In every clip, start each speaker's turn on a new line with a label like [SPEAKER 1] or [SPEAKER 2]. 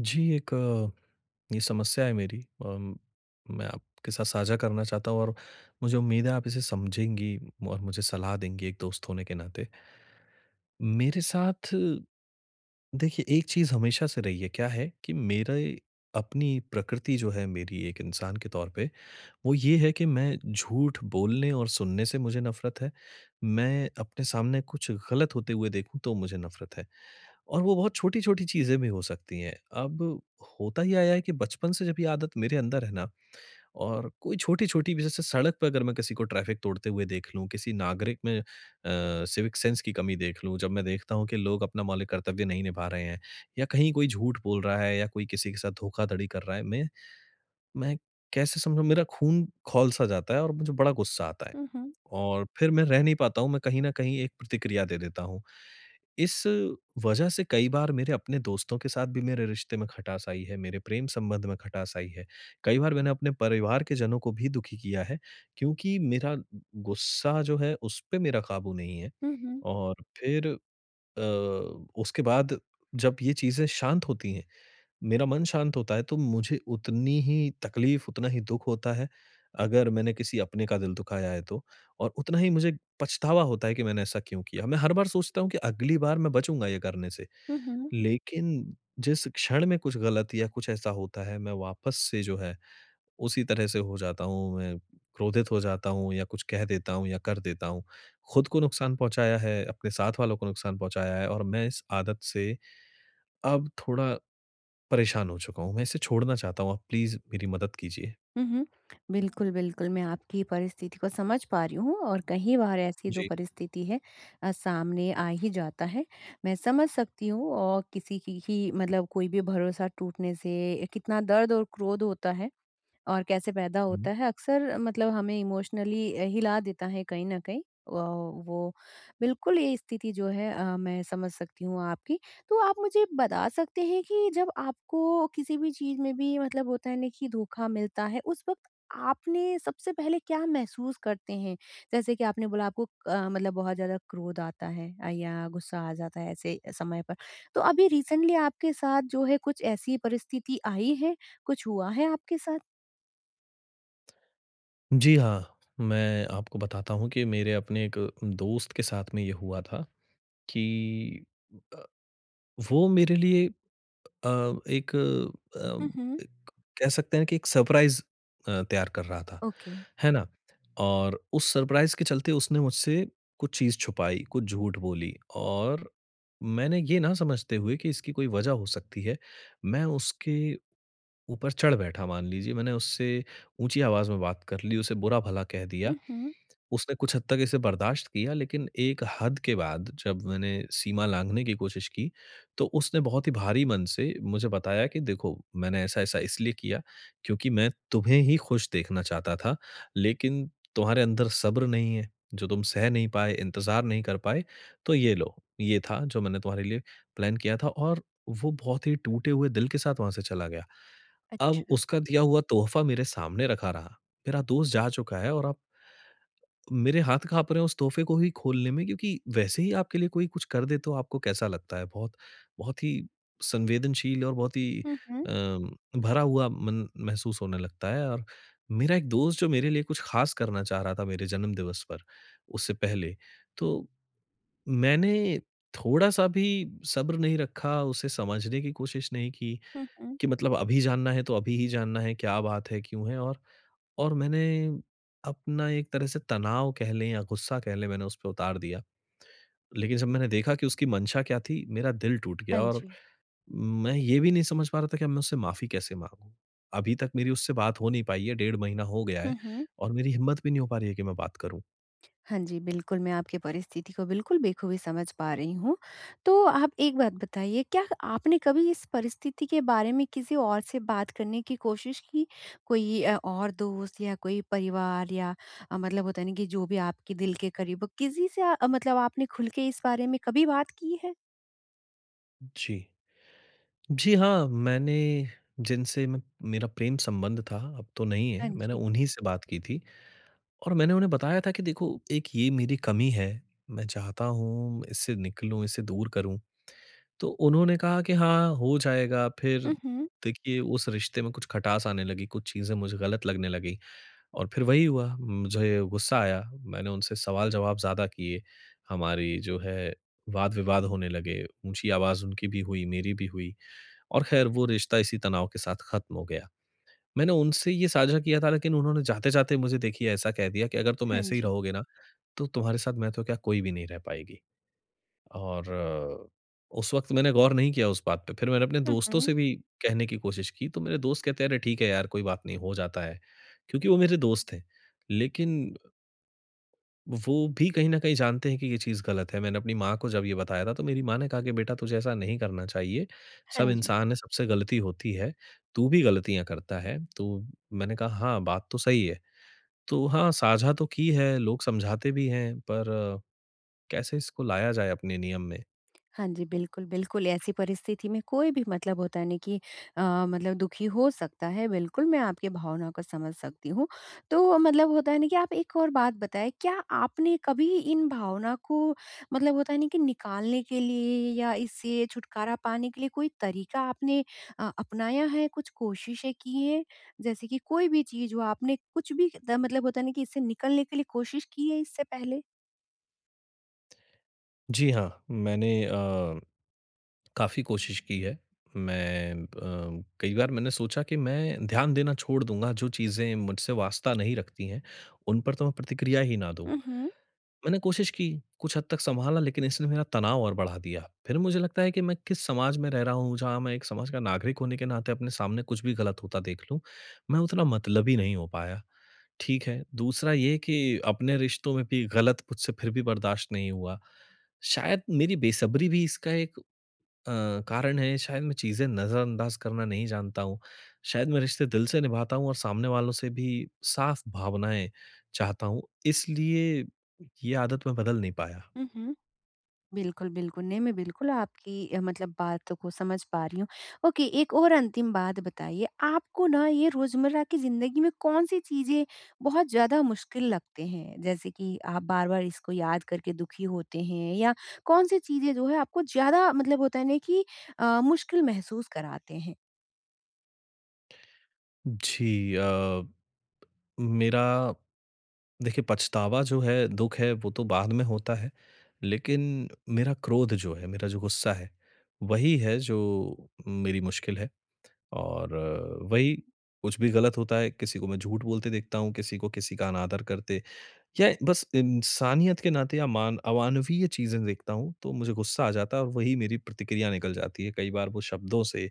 [SPEAKER 1] जी। ये समस्या है मेरी। अम, मैं आपके साथ साझा करना चाहता हूँ और मुझे उम्मीद है आप इसे समझेंगी और मुझे सलाह देंगी एक दोस्त होने के नाते। मेरे साथ, देखिए, एक चीज़ हमेशा से रही है, क्या है कि मेरे अपनी प्रकृति जो है मेरी एक इंसान के तौर पे, वो ये है कि मैं झूठ बोलने और सुनने से मुझे नफ़रत है। मैं अपने सामने कुछ गलत होते हुए देखूँ तो मुझे नफ़रत है, और वो बहुत छोटी-छोटी चीज़ें भी हो सकती हैं। अब होता ही आया है कि बचपन से जब ये आदत मेरे अंदर है ना, और कोई छोटी-छोटी भी, जैसे सड़क पे अगर मैं किसी को ट्रैफ़िक तोड़ते हुए देख लूँ, किसी नागरिक में सिविक सेंस की कमी देख लूँ, जब मैं देखता हूँ कि लोग अपना मौलिक कर्तव्य नहीं निभा रहे हैं या कहीं कोई झूठ बोल रहा है या कोई किसी के साथ धोखाधड़ी कर रहा है, मैं कैसे समझाऊँ, मेरा खून खौल-सा जाता है और मुझे बड़ा गुस्सा आता है।
[SPEAKER 2] हुँ, हुँ।
[SPEAKER 1] और फिर मैं रह नहीं पाता हूँ, मैं कहीं न कहीं एक प्रतिक्रिया दे देता हूँ। इस वजह से कई बार मेरे अपने दोस्तों के साथ भी मेरे रिश्ते में खटास आई है, मेरे प्रेम संबंध में खटास आई है। कई बार मैंने अपने परिवार के जनों को भी दुखी किया है, क्योंकि मेरा गुस्सा जो है, उस पे मेरा काबू नहीं है।
[SPEAKER 2] हुँ, हुँ।
[SPEAKER 1] और फिर उसके बाद, जब ये चीज़ें शांत होती हैं, मेरा मन शांत होता है, तो मुझे उतनी ही तकलीफ, उतना ही दुःख होता है, अगर मैंने किसी अपने का दिल दुखाया है तो, और उतना ही मुझे पछतावा होता है कि मैंने ऐसा क्यों किया। मैं हर बार सोचता हूँ कि अगली बार मैं बचूँगा ये करने से,
[SPEAKER 2] हुँ, हुँ।
[SPEAKER 1] लेकिन जिस क्षण में कुछ गलत या कुछ ऐसा होता है, मैं वापस से जो है उसी तरह से हो जाता हूँ, मैं क्रोधित हो जाता हूँ या कुछ कह देता हूँ या कर देता हूँ। खुद को नुकसान पहुँचाया है, अपने साथ वालों को नुकसान पहुँचाया है, और मैं इस आदत से अब थोड़ा परेशान हो चुका हूँ, मैं इसे छोड़ना चाहता हूँ, आप प्लीज़ मेरी मदद कीजिए।
[SPEAKER 2] हुँ, हुँ। बिल्कुल, बिल्कुल, मैं आपकी परिस्थिति को समझ पा रही हूँ, और कई बार ऐसी जो
[SPEAKER 1] जी।
[SPEAKER 2] परिस्थिति है सामने आ ही जाता है। मैं समझ सकती हूँ, और किसी की ही मतलब कोई भी भरोसा टूटने से कितना दर्द और क्रोध होता है। और कैसे पैदा
[SPEAKER 1] हुँ।
[SPEAKER 2] होता है, अक्सर मतलब हमें इमोशनली हिला देता है कहीं न कहीं। वो बिल्कुल ये स्थिति जो है मैं समझ सकती हूँ आपकी। तो आप मुझे बता सकते हैं कि जब आपको किसी भी चीज़ में भी मतलब होता है ना कि धोखा मिलता है, उस वक़्त आपने सबसे पहले क्या महसूस करते हैं? जैसे कि आपने बोला, आपको मतलब बहुत ज़्यादा क्रोध आता है, या गुस्सा आ जाता है ऐसे समय पर। तो अभी रिसेंटली आपके साथ जो है कुछ ऐसी परिस्थिति आई है? कुछ हुआ है आपके साथ?
[SPEAKER 1] जी हाँ, मैं आपको बताता हूँ कि मेरे अपने एक दोस्त के साथ में ये हुआ था कि अ, वो मेरे लिए, अ, एक
[SPEAKER 2] हुँ, हुँ।
[SPEAKER 1] अ, कह सकते हैं कि एक सरप्राइज़ तैयार कर रहा था,
[SPEAKER 2] ओके।
[SPEAKER 1] है ना? और उस सरप्राइज़ के चलते उसने मुझसे कुछ चीज़ छुपाई, कुछ झूठ बोली, और मैंने ये ना समझते हुए कि इसकी कोई वजह हो सकती है, मैं उसके ऊपर चढ़ बैठा, मान लीजिए मैंने उससे ऊँची आवाज़ में बात कर ली, उसे बुरा-भला कह दिया।
[SPEAKER 2] हुँ, हुँ।
[SPEAKER 1] उसने कुछ हद तक इसे बर्दाश्त किया, लेकिन एक हद के बाद जब मैंने सीमा लाँघने की कोशिश की, तो उसने बहुत ही भारी मन से मुझे बताया कि देखो, मैंने ऐसा-ऐसा इसलिए किया क्योंकि मैं तुम्हें ही खुश देखना चाहता था, लेकिन तुम्हारे अंदर सब्र नहीं है, जो तुम सह नहीं पाए, इंतज़ार नहीं कर पाए, तो ये लो, ये था जो मैंने तुम्हारे लिए प्लान किया था। और वो बहुत ही टूटे हुए दिल के साथ वहाँ से चला गया। अब
[SPEAKER 2] अच्छा।
[SPEAKER 1] उसका दिया हुआ तोहफ़ा मेरे सामने रखा रहा, मेरा दोस्त जा चुका है, और अब मेरे हाथ काँप रहे हैं उस तोहफ़े को ही खोलने में, क्योंकि वैसे ही आपके लिए कोई कुछ कर दे तो आपको कैसा लगता है? बहुत बहुत ही संवेदनशील और बहुत ही
[SPEAKER 2] हुँ, हुँ।
[SPEAKER 1] अ, भरा हुआ मन महसूस होने लगता है। और मेरा एक दोस्त जो मेरे लिए कुछ ख़ास करना चाह रहा था, मेरे जन्मदिवस पर, उससे पहले, तो मैंने थोड़ा-सा भी सब्र नहीं रखा, उसे समझने की कोशिश नहीं की,
[SPEAKER 2] हुँ, हुँ।
[SPEAKER 1] कि मतलब अभी जानना है तो अभी ही जानना है, क्या बात है, क्यों है, और मैंने अपना एक तरह से तनाव कह लें या गुस्सा कह लें, मैंने उस पे उतार दिया। लेकिन जब मैंने देखा कि उसकी मंशा क्या थी, मेरा दिल टूट
[SPEAKER 2] हाँ
[SPEAKER 1] गया, और
[SPEAKER 2] जी।
[SPEAKER 1] मैं ये भी नहीं समझ पा रहा था कि अब मैं उससे माफ़ी कैसे माँगूँ? अभी तक मेरी उससे बात हो नहीं पाई है, डेढ़ महीना हो गया
[SPEAKER 2] हुँ,
[SPEAKER 1] है,
[SPEAKER 2] हुँ।
[SPEAKER 1] और मेरी हिम्मत भी नहीं हो पा रही है कि मैं बात करूँ।
[SPEAKER 2] हाँ जी, बिल्कुल, मैं आपकी परिस्थिति को बिल्कुल बखूबी समझ पा रही हूँ। तो आप एक बात बताइए, क्या आपने कभी इस परिस्थिति के बारे में किसी और से बात करने की कोशिश की? कोई और दोस्त या कोई परिवार, या मतलब होता है ना कि जो भी आपके दिल के करीब हो, किसी से मतलब आपने खुल के इस बारे में कभी बात की है?
[SPEAKER 1] जी। जी हाँ, मैंने जिनसे म मेरा प्रेम संबंध था, अब तो नहीं
[SPEAKER 2] हाँ
[SPEAKER 1] है, मैंने
[SPEAKER 2] जी।
[SPEAKER 1] उन्हीं से बात की थी, और मैंने उन्हें बताया था कि देखो, एक ये मेरी कमी है, मैं चाहता हूँ इससे निकलूँ, इससे दूर करूँ। तो उन्होंने कहा कि हाँ, हो जाएगा, फिर
[SPEAKER 2] हुँ, हुँ।
[SPEAKER 1] देखिए उस रिश्ते में कुछ खटास आने लगी, कुछ चीज़ें मुझे गलत लगने लगी, और फिर वही हुआ, मुझे गुस्सा आया, मैंने उनसे सवाल-जवाब ज़्यादा किए, हमारी जो है वाद-विवाद होने लगे, ऊँची आवाज़ उनकी भी हुई, मेरी भी हुई, और ख़ैर वो रिश्ता इसी तनाव के साथ ख़त्म हो गया। मैंने उनसे ये साझा किया था, लेकिन उन्होंने जाते-जाते मुझे देखिए ऐसा कह दिया कि अगर तुम
[SPEAKER 2] हाँ
[SPEAKER 1] ऐसे ही
[SPEAKER 2] जी।
[SPEAKER 1] रहोगे ना, तो तुम्हारे साथ मैं तो क्या, कोई भी नहीं रह पाएगी। और उस वक़्त मैंने गौर नहीं किया उस बात पे, फिर मैंने अपने
[SPEAKER 2] हुँ,
[SPEAKER 1] दोस्तों
[SPEAKER 2] हुँ।
[SPEAKER 1] से भी कहने की कोशिश की, तो मेरे दोस्त कहते हैं, "अरे! ठीक है यार, कोई बात नहीं, हो जाता है।" क्योंकि वो मेरे दोस्त हैं। लेकिन वो भी कहीं न कहीं जानते हैं कि ये चीज़ गलत है। मैंने अपनी माँ को जब ये बताया था, तो मेरी माँ ने कहा कि, "बेटा, तुझे ऐसा नहीं करना चाहिए।
[SPEAKER 2] हाँ
[SPEAKER 1] सब
[SPEAKER 2] जी।
[SPEAKER 1] इंसान हैं, सबसे गलती होती है। तू भी गलतियाँ करता है।" तो मैंने कहा, "हाँ, बात तो सही है।" तो हाँ, साझा तो की है, लोग समझाते भी हैं, पर कैसे इसको लाया जाए अपने नियम में?
[SPEAKER 2] हाँ जी, बिल्कुल, बिल्कुल, ऐसी परिस्थिति में कोई भी मतलब होता है ना कि अ, मतलब दुखी हो सकता है, बिल्कुल मैं आपकी भावना को समझ सकती हूँ। तो मतलब होता है ना कि आप एक और बात बताएँ, क्या आपने कभी इन भावना को मतलब होता है ना कि निकालने के लिए या इससे छुटकारा पाने के लिए कोई तरीका आपने अपनाया है, कुछ कोशिशें की हैं? जैसे कि कोई भी चीज़ हो, आपने कुछ भी द मतलब होता है ना कि इससे निकलने के लिए कोशिश की है इससे पहले?
[SPEAKER 1] जी हाँ, मैंने काफ़ी कोशिश की है। मैं कई बार मैंने सोचा कि मैं ध्यान देना छोड़ दूँगा, जो चीज़ें मुझसे वास्ता नहीं रखती हैं, उन पर तो मैं प्रतिक्रिया ही ना दूँ।
[SPEAKER 2] हुँ, हुँ।
[SPEAKER 1] मैंने कोशिश की, कुछ हद तक सँभाला, लेकिन इसने मेरा तनाव और बढ़ा दिया। फिर मुझे लगता है कि मैं किस समाज में रह रहा हूँ, जहाँ मैं एक समाज का नागरिक होने के नाते अपने सामने कुछ भी गलत होता देख लूँ, मैं उतना मतलबी नहीं हो पाया। ठीक है, दूसरा ये कि अपने रिश्तों में भी गलत मुझसे फिर भी बर्दाश्त नहीं हुआ। शायद मेरी बेसब्री भी इसका एक अ, कारण है, शायद मैं चीज़ें नज़रअंदाज करना नहीं जानता हूँ। शायद मैं रिश्ते दिल से निभाता हूँ और सामने वालों से भी साफ़ भावनाएँ चाहता हूँ, इसलिए ये आदत मैं बदल नहीं पाया।
[SPEAKER 2] हुँ, हुँ। बिल्कुल, बिल्कुल। नहीं, मैं बिल्कुल आपकी मतलब बातों को समझ पा रही हूँ। ओके, एक और अंतिम बात बताइए, आपको ना ये रोज़मर्रा की ज़िंदगी में कौन-सी चीज़ें बहुत ज़्यादा मुश्किल लगते हैं? जैसे कि आप बार-बार इसको याद करके दुखी होते हैं, या कौन-सी चीज़ें जो है आपको ज़्यादा मतलब होता है ना कि मुश्किल महसूस कराते हैं?
[SPEAKER 1] जी मेरा, देखिए, पछतावा जो है, दुःख है वो तो बाद में होता है, लेकिन मेरा क्रोध जो है, मेरा जो गुस्सा है, वही है जो मेरी मुश्किल है। और वही, कुछ भी गलत होता है, किसी को मैं झूठ बोलते देखता हूँ, किसी को किसी का अनादर करते या बस इंसानियत के नाते या मान अमानवीय चीज़ें देखता हूँ, तो मुझे गुस्सा आ जाता है और वही मेरी प्रतिक्रिया निकल जाती है। कई बार वो शब्दों से,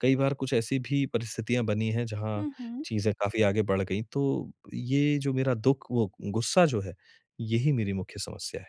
[SPEAKER 1] कई बार कुछ ऐसी भी परिस्थितियाँ बनी हैं जहाँ
[SPEAKER 2] हुँ, हुँ।
[SPEAKER 1] चीज़ें काफ़ी आगे बढ़ गईं। तो ये जो मेरा दुःख, वो गुस्सा जो है, यही मेरी मुख्य समस्या है।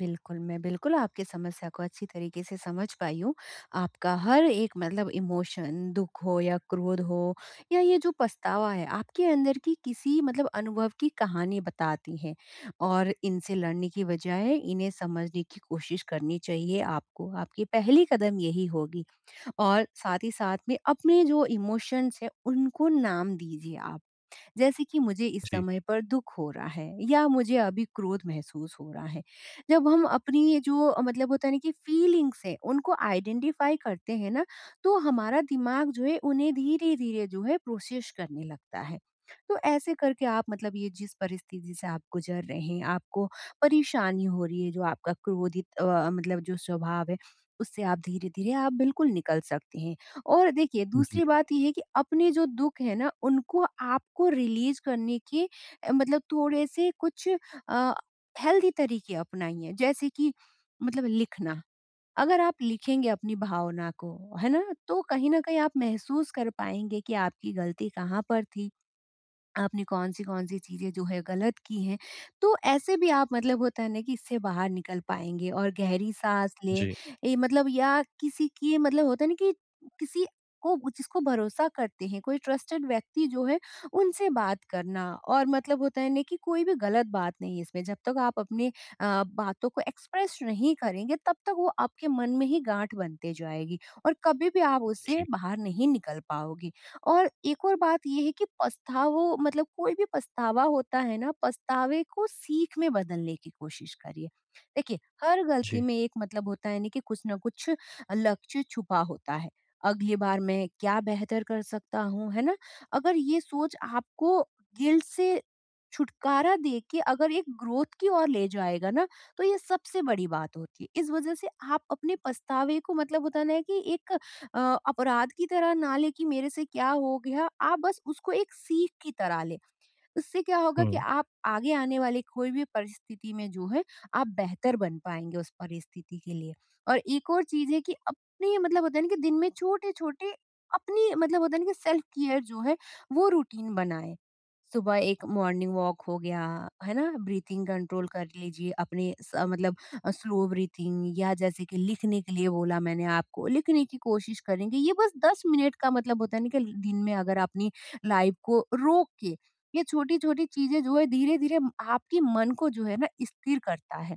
[SPEAKER 2] बिल्कुल, मैं बिल्कुल आपकी समस्या को अच्छी तरीके से समझ पाई हूँ। आपका हर एक मतलब इमोशन, दुःख हो या क्रोध हो या ये जो पछतावा है, आपके अंदर की किसी मतलब अनुभव की कहानी बताती है, और इनसे लड़ने की बजाय इन्हें समझने की कोशिश करनी चाहिए आपको। आपकी पहली कदम यही होगी, और साथ ही साथ में अपने जो इमोशंस हैं, उनको नाम दीजिए आप। जैसे कि, मुझे इस
[SPEAKER 1] जी।
[SPEAKER 2] समय पर दुख हो रहा है, या मुझे अभी क्रोध महसूस हो रहा है। जब हम अपनी जो मतलब होता है ना कि फीलिंग्स हैं उनको आइडेंटिफाई करते हैं ना, तो हमारा दिमाग जो है उन्हें धीरे-धीरे जो है प्रोसेस करने लगता है। तो ऐसे करके आप मतलब ये जिस परिस्थिति से आप गुज़र रहे हैं, आपको परेशानी हो रही है, जो आपका क्रोधित मतलब जो स्वभाव है, उससे आप धीरे-धीरे आप बिल्कुल निकल सकते हैं। और देखिए,
[SPEAKER 1] जी।
[SPEAKER 2] दूसरी बात ये है कि अपने जो दुःख है ना उनको आपको रिलीज़ करने के मतलब थोड़े से कुछ अ, हेल्दी तरीके अपनाइए, जैसे कि मतलब लिखना। अगर आप लिखेंगे अपनी भावना को, है ना? तो कहीं न कहीं आप महसूस कर पाएँगे कि आपकी गलती कहाँ पर थी। आपने कौन-सी, कौन-सी चीज़ें जो है गलत की हैं, तो ऐसे भी आप मतलब होता है ना कि इससे बाहर निकल पाएँगे, और गहरी साँस लें।
[SPEAKER 1] जी, जी,
[SPEAKER 2] ये मतलब, या किसी की मतलब होता है ना कि किसी को जिसको भरोसा करते हैं, कोई ट्रस्टेड व्यक्ति जो है, उनसे बात करना, और मतलब होता है ना कि कोई भी गलत बात नहीं है इसमें। जब तक आप अपने बातों को एक्सप्रेस नहीं करेंगे, तब तक वो आपके मन में ही गाँठ बनते जाएगी, और कभी भी आप उससे
[SPEAKER 1] जी,
[SPEAKER 2] बाहर नहीं निकल पाओगे। और एक और बात ये है कि पछतावो मतलब कोई भी पछतावा होता है ना, पछतावे को सीख में बदलने की कोशिश करिए। देखिए, हर गलती
[SPEAKER 1] जी।
[SPEAKER 2] में एक मतलब होता है ना कि कुछ ना कुछ लक्ष्य छुपा होता है। अगली बार मैं क्या बेहतर कर सकता हूँ, है ना? अगर ये सोच आपको गिल्ट से छुटकारा देके अगर एक ग्रोथ की ओर ले जाएगा ना, तो ये सबसे बड़ी बात होती है। इस वजह से आप अपने पछतावे को मतलब होता है ना है कि एक अ, अपराध की तरह ना ले कि मेरे से क्या हो गया। आप बस उसको एक सीख की तरह ले। उससे क्या होगा कि
[SPEAKER 1] हुँ।
[SPEAKER 2] आप आगे आने वाली कोई भी परिस्थिति में जो है आप बेहतर बन पाएंगे उस परिस्थिति के लिए। और एक और चीज है कि अपने मतलब होता है ना कि दिन में छोटे छोटे, अपनी मतलब होता है ना कि सेल्फ केयर जो है, वो रूटीन बनाए। सुबह एक मॉर्निंग वॉक हो गया, है ना? ब्रीथिंग कंट्रोल कर लीजिए, अपने मतलब स्लो ब्रीथिंग, या जैसे कि लिखने के लिए बोला मैंने आपको, लिखने की कोशिश करेंगे। ये बस 10 मिनट का मतलब होता है ना कि दिन में, अगर अपनी लाइफ को रोक के ये छोटी-छोटी चीज़ें जो है धीरे-धीरे म आपके मन को जो है ना स्थिर करता है।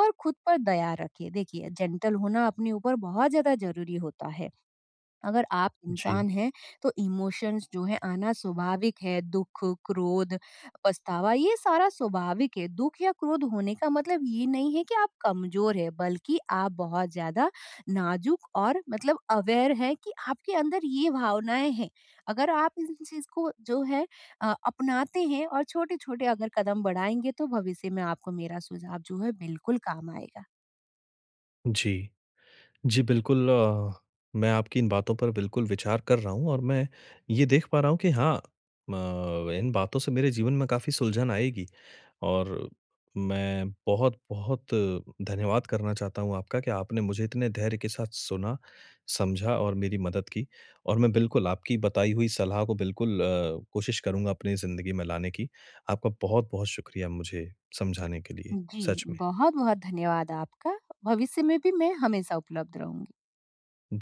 [SPEAKER 2] और खुद पर दया रखिए। देखिए, जेंटल होना अपने ऊपर बहुत ज़्यादा ज़रूरी होता है। अगर आप
[SPEAKER 1] जी,
[SPEAKER 2] इंसान हैं, तो इमोशंस जो है आना स्वाभाविक है। दुःख, क्रोध, पछतावा, ये सारा स्वाभाविक है। दुःख या क्रोध होने का मतलब ये नहीं है कि आप कमज़ोर हैं, बल्कि आप बहुत ज़्यादा नाज़ुक और मतलब अवेयर हैं कि आपके अंदर ये भावनाएँ हैं। अगर आप इन चीज़ को जो है अपनाते हैं और छोटे-छोटे अगर कदम बढ़ाएँगे, तो भविष्य में आपको मेरा सुझाव जो है बिल्कुल काम आएगा।
[SPEAKER 1] जी। जी, बिल्कुल। मैं आपकी इन बातों पर बिल्कुल विचार कर रहा हूँ और मैं ये देख पा रहा हूँ कि हाँ, इन बातों से मेरे जीवन में काफ़ी सुलझन आएगी, और मैं बहुत-बहुत धन्यवाद करना चाहता हूँ आपका कि आपने मुझे इतने धैर्य के साथ सुना, समझा और मेरी मदद की, और मैं बिल्कुल आपकी बताई हुई सलाह को बिल्कुल, कोशिश करूँगा अपनी ज़िंदगी में लाने की। आपका बहुत-बहुत शुक्रिया मुझे समझाने के लिए,
[SPEAKER 2] जी,
[SPEAKER 1] सच में।
[SPEAKER 2] बहुत बहुत धन्यवाद आपका। भविष्य में भी मैं हमेशा उपलब्ध रहूंगी।
[SPEAKER 1] जी।